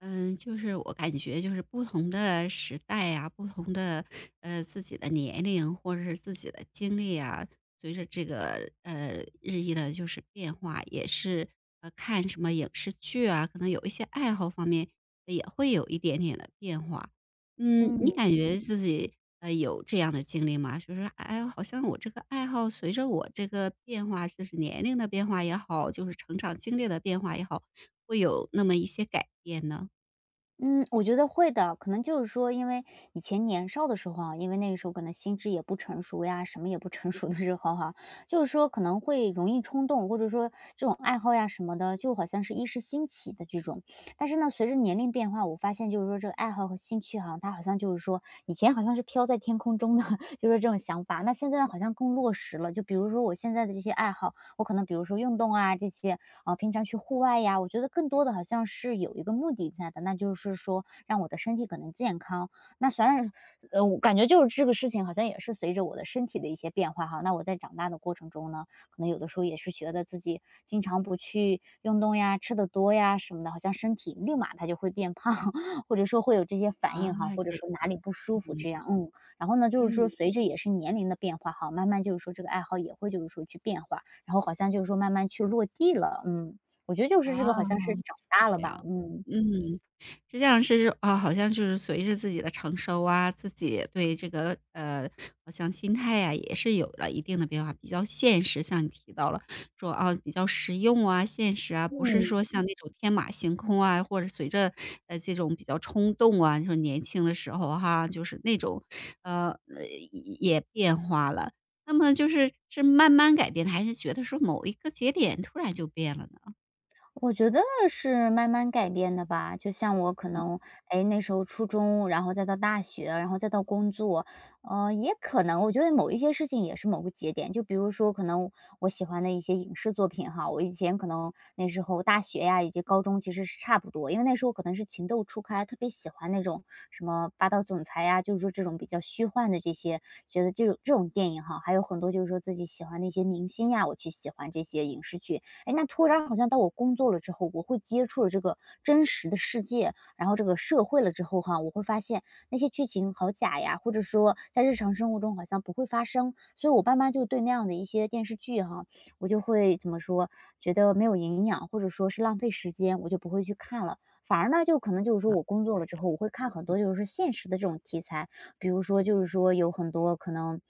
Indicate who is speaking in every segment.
Speaker 1: 嗯，就是我感觉就是不同的时代呀，不同的自己的年龄或者是自己的经历啊，随着这个日益的就是变化，也是看什么影视剧啊，可能有一些爱好方面也会有一点点的变化。嗯，你
Speaker 2: 嗯
Speaker 1: 感觉自己有这样的经历吗？就是哎，好像我这个爱好随着我这个变化，就是年龄的变化也好，就是成长经历的变化也好，会有那么一些改变呢？
Speaker 2: 嗯，我觉得会的。可能就是说，因为以前年少的时候啊，因为那个时候可能心智也不成熟呀，什么也不成 熟的时候哈、就是说可能会容易冲动，或者说这种爱好呀什么的，就好像是一时兴起的这种。但是呢，随着年龄变化，我发现就是说这个爱好和兴趣哈、它好像就是说以前好像是飘在天空中的，就是这种想法。那现在好像更落实了。就比如说我现在的这些爱好，我可能比如说运动啊这些，啊、平常去户外呀，我觉得更多的好像是有一个目的在的，那就是说让我的身体可能健康。那虽然，我感觉就是这个事情好像也是随着我的身体的一些变化哈。那我在长大的过程中呢，可能有的时候也是觉得自己经常不去运动呀、吃的多呀什么的，好像身体立马它就会变胖，或者说会有这些反
Speaker 1: 啊，
Speaker 2: 应哈，或者
Speaker 1: 这
Speaker 2: 说哪里不舒服
Speaker 1: 嗯，
Speaker 2: 这样，嗯。然后呢，就是说
Speaker 1: 嗯，
Speaker 2: 随着也是年龄的变化哈，慢慢就是说这个爱好也会就是说去变化。然后好像就是说慢慢去落地了，嗯，我觉得就是
Speaker 1: 哦，
Speaker 2: 这个好像是长大了
Speaker 1: 这
Speaker 2: 吧，
Speaker 1: 样，
Speaker 2: 嗯。
Speaker 1: 嗯。是这样，是啊，好像就是随着自己的成熟啊，自己对这个好像心态呀、也是有了一定的变化，比较现实。像你提到了说啊，比较实用啊、现实啊，不是
Speaker 2: 嗯。
Speaker 1: 说像嗯那种天马行空啊，或者随着这种比较冲动啊，就是年轻的时候哈，就是那种呃呃也变化了。那么就是是慢慢改变的，还是觉得说某一个节点突然就变了呢？
Speaker 2: 我觉得是慢慢改变的吧，就像我可能，哎，那时候初中，然后再到大学，然后再到工作，也可能我觉得某一些事情也是某个节点，就比如说可能我喜欢的一些影视作品哈，我以前可能那时候大学呀以及高中其实是差不多，因为那时候可能是情窦初开，特别喜欢那种什么霸道总裁呀，就是说这种比较虚幻的这些，觉得这种电影哈，还有很多就是说自己喜欢的一些明星呀，我去喜欢这些影视剧，哎，那突然好像到我工作了之后，我会接触了这个真实的世界，然后这个社会了之后哈，我会发现那些剧情好假呀，或者说在日常生活中好像不会发生，所以我爸妈就对那样的一些电视剧哈，我就会怎么说，觉得没有营养，或者说是浪费时间，我就不会去看了。反而呢，就可能就是说我工作了之后，我会看很多就是现实的这种题材，比如说就是说有很多可能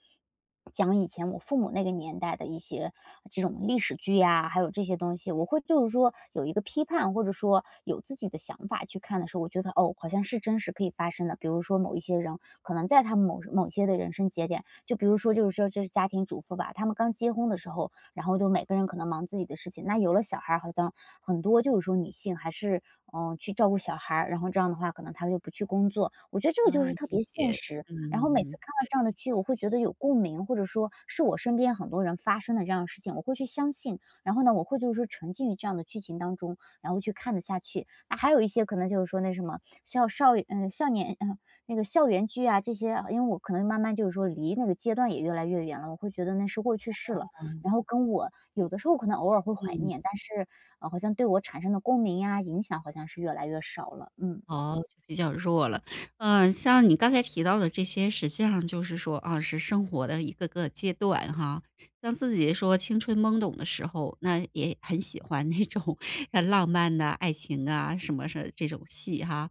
Speaker 2: 讲以前我父母那个年代的一些这种历史剧呀，还有这些东西，我会就是说有一个批判，或者说有自己的想法去看的时候，我觉得哦，好像是真实可以发生的。比如说某一些人，可能在他们某某些的人生节点，就比如说就是说这是家庭主妇吧，他们刚结婚的时候，然后就每个人可能忙自己的事情。那有了小孩儿，好像很多就是说女性还是去照顾小孩儿，然后这样的话，可能她就不去工作。我觉得这个就
Speaker 1: 啊，
Speaker 2: 是特
Speaker 1: 理
Speaker 2: 别现
Speaker 1: 解，
Speaker 2: 实。然后每次
Speaker 1: 嗯
Speaker 2: 看到这样的剧，我会觉得有共鸣，或者说是我身边很多人发生的这样的事情，我会去相信。然后呢，我会就是说沉浸于这样的剧情当中，然后去看得下去。那还有一些可能就是说那什么校少嗯、呃、少年那个校园剧啊这些啊，因为我可能慢慢就是说离那个阶段也越来越远了，我会觉得那是过去式了。然后跟我有的时候可能偶尔会怀
Speaker 1: 嗯。
Speaker 2: 念，但是，好像对我产生的共鸣呀、影响好像是越来越少了，嗯。
Speaker 1: 哦，就比较弱了。嗯，像你刚才提到的这些，实际上就是说啊，是生活的一个个阶段哈。像自己说青春懵懂的时候，那也很喜欢那种 浪漫的爱情啊，什么是这种戏哈。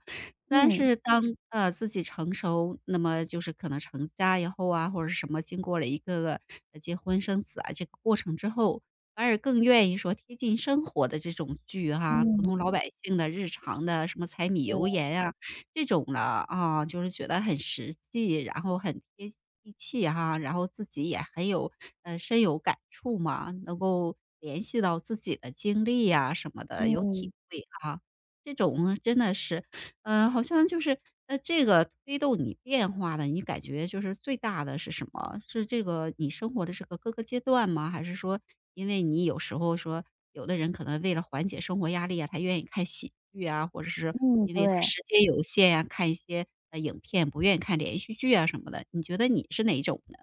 Speaker 1: 但
Speaker 2: 嗯，
Speaker 1: 是当自己成熟，那么就是可能成家以后啊，或者是什么，经过了一个个结婚生子啊这个过程之后，反而更愿意说贴近生活的这种剧哈，普
Speaker 2: 嗯，
Speaker 1: 通老嗯百姓的日常的什么柴米
Speaker 2: 对，
Speaker 1: 油盐呀，这种了，啊，就是觉得很实际，然后很贴地气哈，然后自己也很有深有感触嘛，能够联系到自己的经历呀什么的，有
Speaker 2: 嗯。
Speaker 1: 体会啊，这种真的是嗯，好像就是，这个推动你变化的，你感觉就是最大的是什么？是这个你生活的这个各个阶段吗？还是说，因为你有时候说，有的人可能为了缓解生活压力啊，他愿意看喜剧啊，或者是
Speaker 2: 嗯，
Speaker 1: 因为他
Speaker 2: 对。
Speaker 1: 时间有限呀、看一些影片，不愿意看连续剧啊什么的。你觉得你是哪一种呢？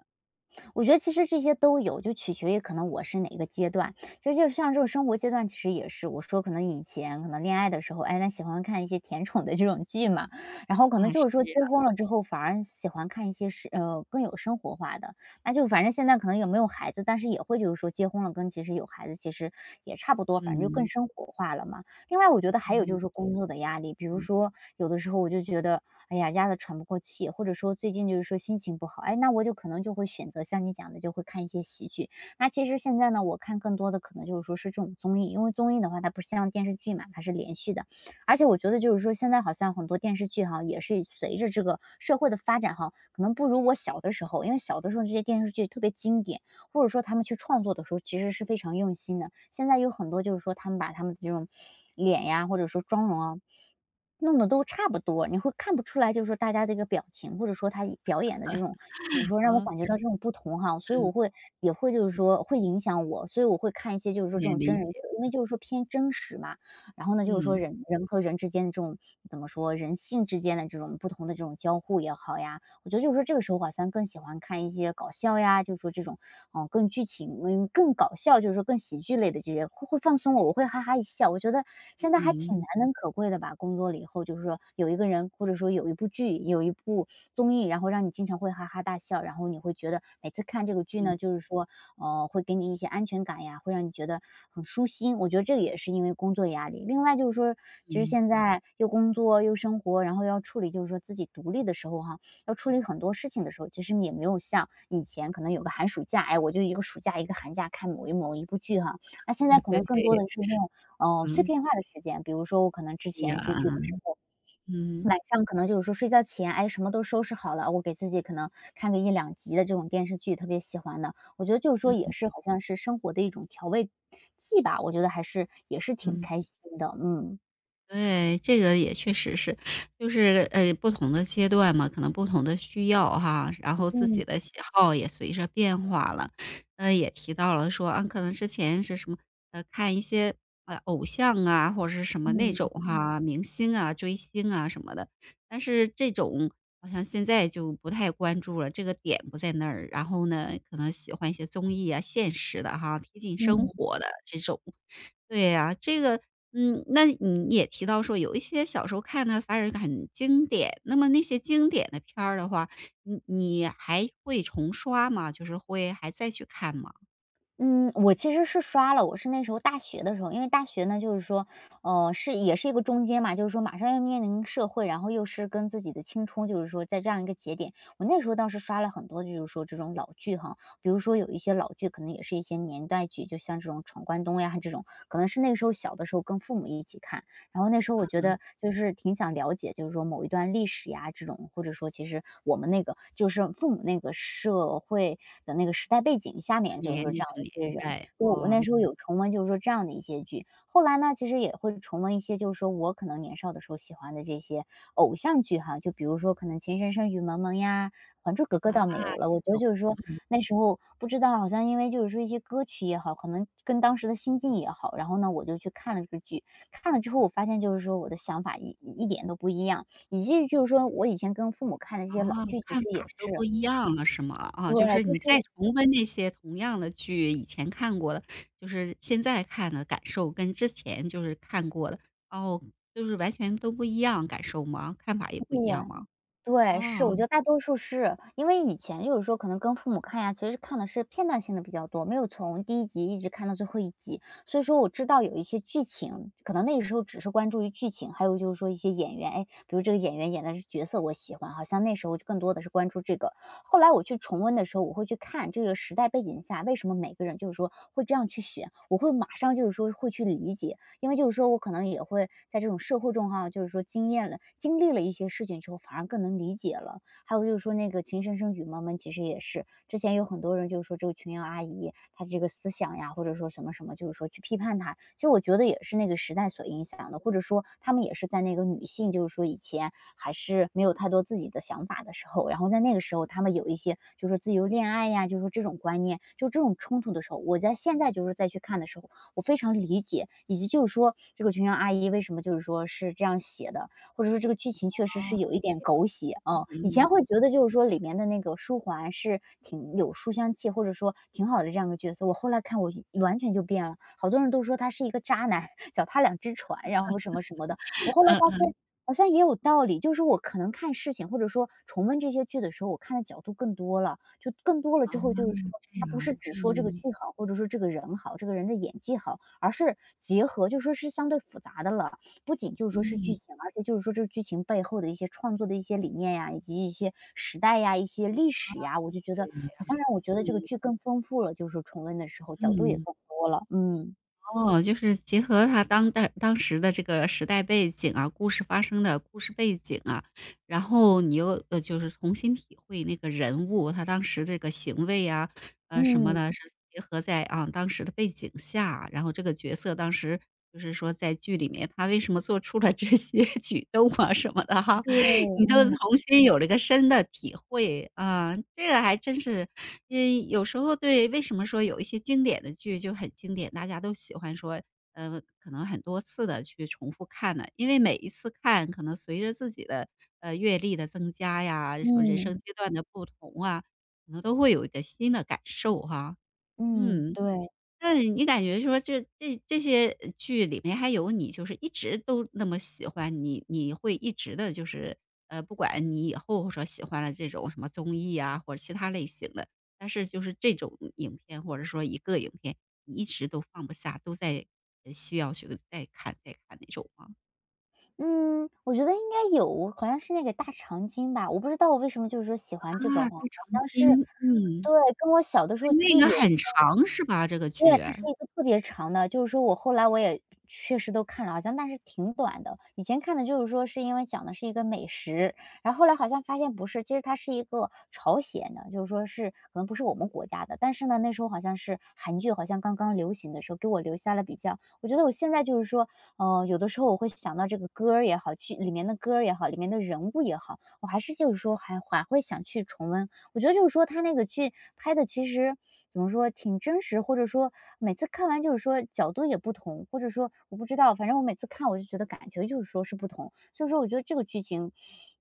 Speaker 2: 我觉得其实这些都有，就取决于可能我是哪一个阶段。其实就像这种生活阶段，其实也是我说可能以前可能恋爱的时候，哎，那喜欢看一些甜宠的这种剧嘛，然后可能
Speaker 1: 啊，
Speaker 2: 就是
Speaker 1: 是
Speaker 2: 说
Speaker 1: 呀，
Speaker 2: 结婚了之后，反而喜欢看一些是更有生活化的。那就反正现在可能也没有孩子，但是也会就是说结婚了跟其实有孩子其实也差不多，反正就更
Speaker 1: 嗯，
Speaker 2: 生活化了嘛。另外我觉得还有就
Speaker 1: 哦，
Speaker 2: 是工作的压力，比如说有的时候我就觉得，哎呀，压得喘不过气，或者说最近就是说心情不好，哎，那我就可能就会选择像你讲的，就会看一些喜剧。那其实现在呢，我看更多的可能就是说是这种综艺，因为综艺的话，它不像电视剧嘛，它是连续的，而且我觉得就是说现在好像很多电视剧哈，也是随着这个社会的发展哈，可能不如我小的时候，因为小的时候这些电视剧特别经典，或者说他们去创作的时候其实是非常用心的。现在有很多就是说他们把他们的这种脸呀，或者说妆容啊，弄得都差不多，你会看不出来，就是说大家的一个表情，或者说他一表演的这种怎么说，让我
Speaker 1: 好，
Speaker 2: 感觉到这种不同哈。所以我会也会就是说会影响我，所以我会看一些就是说这
Speaker 1: 也
Speaker 2: 种真
Speaker 1: 理
Speaker 2: 人秀，
Speaker 1: 解。
Speaker 2: 因为就是说偏真实嘛。然后呢，就是说
Speaker 1: 嗯
Speaker 2: 人人和人之间的这种怎么说，人性之间的这种不同的这种交互也好呀，我觉得就是说这个时候好像更喜欢看一些搞笑呀，就是说这种，嗯，更剧情，嗯，更搞笑，就是说更喜剧类的这些，会放松我，我会哈哈一笑。我觉得现在还挺
Speaker 1: 嗯
Speaker 2: 难能可贵的吧，工作了以后，就是说有一个人，或者说有一部剧，有一部综艺，然后让你经常会哈哈大笑，然后你会觉得每次看这个剧
Speaker 1: 嗯
Speaker 2: 呢，就是说，会给你一些安全感呀，会让你觉得很舒心。我觉得这个也是因为工作压力。另外就是说，其实
Speaker 1: 嗯，
Speaker 2: 现在又工作又生活，然后要处理就是说自己独立的时候哈，要处理很多事情的时候，其实也没有像以前可能有个寒暑假，哎，我就一个暑假一个寒假看某一部剧哈。那现在 可能更多
Speaker 1: 对，
Speaker 2: 的是那种，碎
Speaker 1: 嗯，
Speaker 2: 片化的时间，比如说我可能之
Speaker 1: 对
Speaker 2: 前
Speaker 1: 呀，
Speaker 2: 追剧的时候，
Speaker 1: 嗯
Speaker 2: 晚上可能就是说睡觉前，哎，什么都收拾好了，我给自己可能看个一两集的这种电视剧，特别喜欢的。我觉得就是说
Speaker 1: 嗯
Speaker 2: 也是好像是生活的一种调味剂吧，我觉得还是也是挺
Speaker 1: 嗯。
Speaker 2: 开心的，嗯。
Speaker 1: 对，这个也确实是，就是不同的阶段嘛，可能不同的需要哈，然后自
Speaker 2: 嗯，
Speaker 1: 己的喜好也随着变化了。也提到了说啊，可能之前是什么看一些偶像啊，或者是什么那
Speaker 2: 嗯，
Speaker 1: 种嗯哈明星啊、追星啊什么的，但是这种好像现在就不太关注了，这个点不在那儿。然后呢，可能喜欢一些综艺啊、现实的哈、贴近生
Speaker 2: 嗯。
Speaker 1: 活的这种。对呀，这个嗯，那你也提到说有一些小时候看的反而很经典，那么那些经典的片儿的话，你还会重刷吗？就是会还再去看吗？
Speaker 2: 嗯，我其实是刷了，我是那时候大学的时候，因为大学呢，就是说，是也是一个中间嘛，就是说马上要面临社会，然后又是跟自己的青春，就是说在这样一个节点，我那时候倒是刷了很多，就是说这种老剧哈，比如说有一些老剧，可能也是一些年代剧，就像这种《闯关东》呀这种，可能是那个时候小的时候跟父母一起看，然后那时候我
Speaker 1: 嗯，
Speaker 2: 觉得就是挺想了解，就是说某一段历史呀这种，或者说其实我们那个就是父母那个社会的那个时代背景下
Speaker 1: 八
Speaker 2: 面，就是
Speaker 1: 年
Speaker 2: 说
Speaker 1: 那
Speaker 2: 这样
Speaker 1: 种年
Speaker 2: 一些人，
Speaker 1: 代，
Speaker 2: 对，我
Speaker 1: 哦，
Speaker 2: 那时候有重温，就是说这样的一些剧。后来呢，其实也会重温一些，就是说我可能年少的时候喜欢的这些偶像剧哈，就比如说可能《情深深雨蒙蒙》呀，《还珠格格》
Speaker 1: 那
Speaker 2: 倒没有了。我觉得
Speaker 1: 就
Speaker 2: 就是说
Speaker 1: 嗯，
Speaker 2: 那时候不知道，好像因为就是说一些歌曲也好，可能跟当时的心境也好，然后呢，我就去看了这个剧，看了之后，我发现就是说我的想法一点都不一样，以及就是说我以前跟父母看的一
Speaker 1: 哦，
Speaker 2: 些老剧，其
Speaker 1: 看
Speaker 2: 实也
Speaker 1: 法都
Speaker 2: 是
Speaker 1: 不一样了是吗？啊，
Speaker 2: 对，
Speaker 1: 就是你
Speaker 2: 就
Speaker 1: 再
Speaker 2: 是
Speaker 1: 重温那些同样的剧，以前看过的，就是现在看的感受跟之前就是看过的，哦，就是完全都不一样感受吗？看法也不
Speaker 2: 对。
Speaker 1: 一样吗？
Speaker 2: 对，是，
Speaker 1: 哦，
Speaker 2: 我觉得大多数是。因为以前就是说可能跟父母看呀，其实看的是片段性的比较多，没有从第一集一直看到最后一集。所以说我知道有一些剧情，可能那个时候只是关注于剧情，还有就是说一些演员，哎，比如这个演员演的是角色我喜欢，好像那时候就更多的是关注这个。后来我去重温的时候，我会去看这个时代背景下，为什么每个人就是说会这样去选，我会马上就是说会去理解。因为就是说我可能也会在这种社会中哈，就是说经验了经历了一些事情之后，反而更能理解了。还有就是说那个《情深深雨蒙蒙》，其实也是之前有很多人就是说这个琼瑶阿姨她这个思想呀，或者说什么什么，就是说去批判她，其实我觉得也是那个时代所影响的，或者说他们也是在那个女性就是说以前还是没有太多自己的想法的时候，然后在那个时候他们有一些就是说自由恋爱呀，就是说这种观念，就这种冲突的时候，我在现在就是再去看的时候，我非常理解，以及就是说这个琼瑶阿姨为什么就是说是这样写的，或者说这个剧情确实是
Speaker 1: 哦，
Speaker 2: 有一点狗血啊。以前
Speaker 1: 嗯，
Speaker 2: 会觉得就是说里面的那个书桓是挺有书香气，或者说挺好的这样一个角色，我后来看我完全就变了，好多人都说他是一个渣男，脚踏两只船，然后什么什么的。我后来发现好像也有道理，就是我可能看事情或者说重温这些剧的时候，我看的角度更多了，就更多了
Speaker 1: 嗯
Speaker 2: 之后
Speaker 1: 嗯
Speaker 2: 就是
Speaker 1: 嗯，
Speaker 2: 说，
Speaker 1: 哦，这
Speaker 2: 他不
Speaker 1: 样，
Speaker 2: 是只说这个剧
Speaker 1: 嗯，
Speaker 2: 好，或者说这个人好，这个人的演技好，而是结合就说是相对复杂的了。不仅就是说是剧
Speaker 1: 嗯，
Speaker 2: 情，而且就是说这个剧情背后的一些创作的一些理念呀，以及一些时代呀、一些历史呀，我就觉
Speaker 1: 对
Speaker 2: 得
Speaker 1: 呀
Speaker 2: 好像让我觉得这个
Speaker 1: 嗯，
Speaker 2: 剧更丰富了，就是说重温的时候角度也
Speaker 1: 嗯，
Speaker 2: 更多了。嗯
Speaker 1: 哦，就是结合他当代当时的这个时代背景啊，故事发生的故事背景啊，然后你又，就是重新体会那个人物，他当时这个行为啊，什么
Speaker 2: 嗯，
Speaker 1: 的，是结合在，啊，当时的背景下，然后这个角色当时就是说在剧里面，他为什么做出了这些 举动啊什么的哈。
Speaker 2: 对，
Speaker 1: 你就
Speaker 2: 嗯
Speaker 1: 重新有了一个深的体会，啊，这个还真是，嗯，有时候对为什么说有一些经典的剧就很经典，大家都喜欢说，可能很多次的去重复看呢，因为每一次看可能随着自己的，阅历的增加呀，什么人
Speaker 2: 嗯
Speaker 1: 生阶段的不同啊，可能都会有一个新的感受哈，
Speaker 2: 嗯，
Speaker 1: 嗯。
Speaker 2: 对。
Speaker 1: 那你感觉说这些剧里面还有你，就是一直都那么喜欢你，你会一直的，就是不管你以后说喜欢了这种什么综艺啊，或者其他类型的，但是就是这种影片或者说一个影片，你一直都放不下，都在需要去再看再看那种吗？
Speaker 2: 嗯，我觉得应该有，好像是那个大长今吧，我不知道我为什么就是说喜欢这个哦，
Speaker 1: 啊，
Speaker 2: 好
Speaker 1: 对，长
Speaker 2: 像是
Speaker 1: 新，嗯，
Speaker 2: 对，跟我小的时
Speaker 1: 哎
Speaker 2: 候
Speaker 1: 那
Speaker 2: 记忆
Speaker 1: 个
Speaker 2: 有
Speaker 1: 很长是吧？这个
Speaker 2: 对，
Speaker 1: 剧，
Speaker 2: 它是
Speaker 1: 嗯，
Speaker 2: 一个特别长的，就是说我后来我也确实都看了，好像但是挺短的。以前看的就是说是因为讲的是一个美食，然后后来好像发现不是，其实它是一个朝鲜的，就是说是可能不是我们国家的，但是呢，那时候好像是韩剧好像刚刚流行的时候，给我留下了比较我觉得我现在就是说，有的时候我会想到这个歌儿也好，剧里面的歌儿也好，里面的人物也好，我还是就是说还会想去重温我觉得就是说他那个剧拍的其实怎么说，挺真实，或者说每次看完就是说角度也不同，或者说我不知道，反正我每次看我就觉得感觉就是说是不同。所以说我觉得这个剧情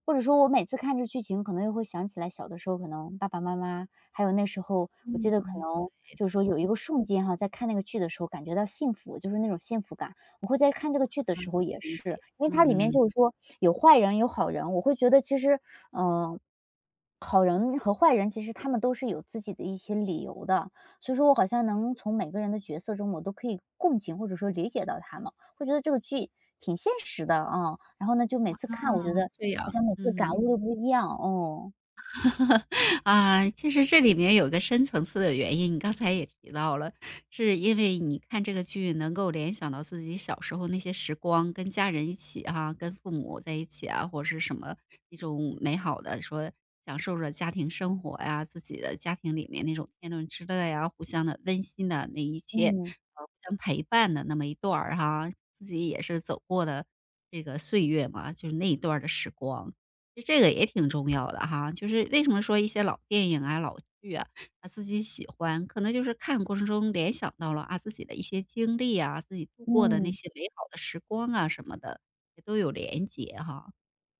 Speaker 2: 或者说我每次看这剧情，可能又会想起来小的时候，可能爸爸妈妈，还有那时候我记得可能
Speaker 1: 对的，
Speaker 2: 就是说有一
Speaker 1: 嗯，
Speaker 2: 个瞬间哈，在看那个剧的时候感觉到幸福，就是那种幸福感。我会在看这个剧的
Speaker 1: 啊
Speaker 2: 时候也
Speaker 1: 理
Speaker 2: 是，
Speaker 1: 解，
Speaker 2: 因为它里面
Speaker 1: 嗯，
Speaker 2: 就是说有坏人有好人，我会觉得其实，嗯，好人和坏人其实他们都是有自己的一些理由的，所以说我好像能从每个人的角色中，我都可以共情或者说理解到他们，会觉得这个剧挺现实的啊。嗯然后呢，就每次看我觉得
Speaker 1: 这
Speaker 2: 好
Speaker 1: 样，
Speaker 2: 像每次感
Speaker 1: 嗯。
Speaker 2: 悟都不一样，哦，
Speaker 1: 啊，其实这里面有个深层次的原因，你刚才也提到了，是因为你看这个剧能够联想到自己小时候那些时光，跟家人一起哈，跟父母在一起啊，或者是什么一种美好的说享受着家庭生活呀，自己的家庭里面那种天伦之乐呀，互相的温馨的那一切，
Speaker 2: 嗯，
Speaker 1: 互相陪伴的那么一段儿哈，自己也是走过的这个岁月嘛，就是那一段儿的时光。这个也挺重要的哈，就是为什么说一些老电影啊、老剧啊，啊自己喜欢，可能就是看的过程中联想到了啊自己的一些经历啊，自己度过的那
Speaker 2: 嗯。
Speaker 1: 些美好的时光啊什么的，也都有连结哈。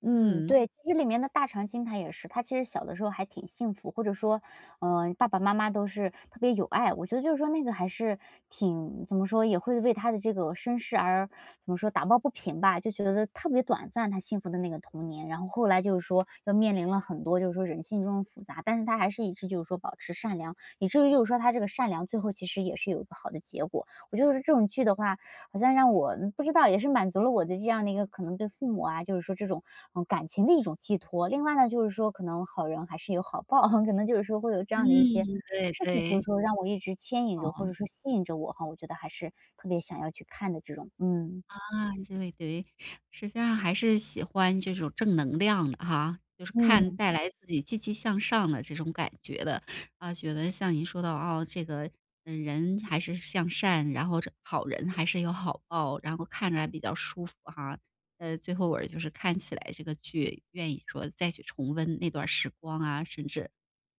Speaker 2: 嗯，
Speaker 1: 嗯
Speaker 2: 对，其实里面的大长今他也是，他其实小的时候还挺幸福，或者说，嗯，爸爸妈妈都是特别有爱。我觉得就是说那个还是挺怎么说，也会为他的这个身世而怎么说打抱不平吧，就觉得特别短暂，他幸福的那个童年。然后后来就是说又面临了很多就是说人性中的复杂，但是他还是一直就是说保持善良，以至于就是说他这个善良最后其实也是有一个好的结果。我觉得这种剧的话，好像让我嗯不知道，也是满足了我的这样的一个可能对父母啊，就是说这种嗯感情的一种寄托。另外呢，就是说可能好人还是有好报，可能就是说会有这
Speaker 1: 嗯，
Speaker 2: 样的一些
Speaker 1: 对
Speaker 2: 事情，就是
Speaker 1: 对，
Speaker 2: 说让我一直牵引着或
Speaker 1: 哦。
Speaker 2: 者说吸引着我哈，我觉得还是特别想要去看的这种。嗯
Speaker 1: 啊，这位对，实际上还是喜欢这种正能量的哈，就是看
Speaker 2: 嗯
Speaker 1: 带来自己积极向上的这种感觉的，啊，觉得像您说到哦，这个嗯，人还是向善，然后这好人还是有好报，然后看着还比较舒服哈。最后我就是看起来这个剧，愿意说再去重温那段时光啊，甚至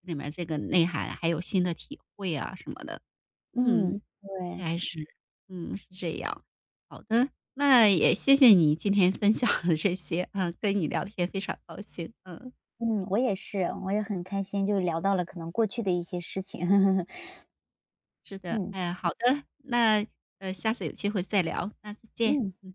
Speaker 1: 里面这个内涵还有新的体会啊什么的，
Speaker 2: 嗯，
Speaker 1: 嗯。应
Speaker 2: 对，
Speaker 1: 该是，嗯，是这样。好的，那也谢谢你今天分享的这些，嗯，跟你聊天非常高兴，嗯，
Speaker 2: 嗯，我也是，我也很开心，就聊到了可能过去的一些事情。
Speaker 1: 是的，
Speaker 2: 嗯
Speaker 1: 哎，好的，那下次有机会再聊，那再见。
Speaker 2: 嗯。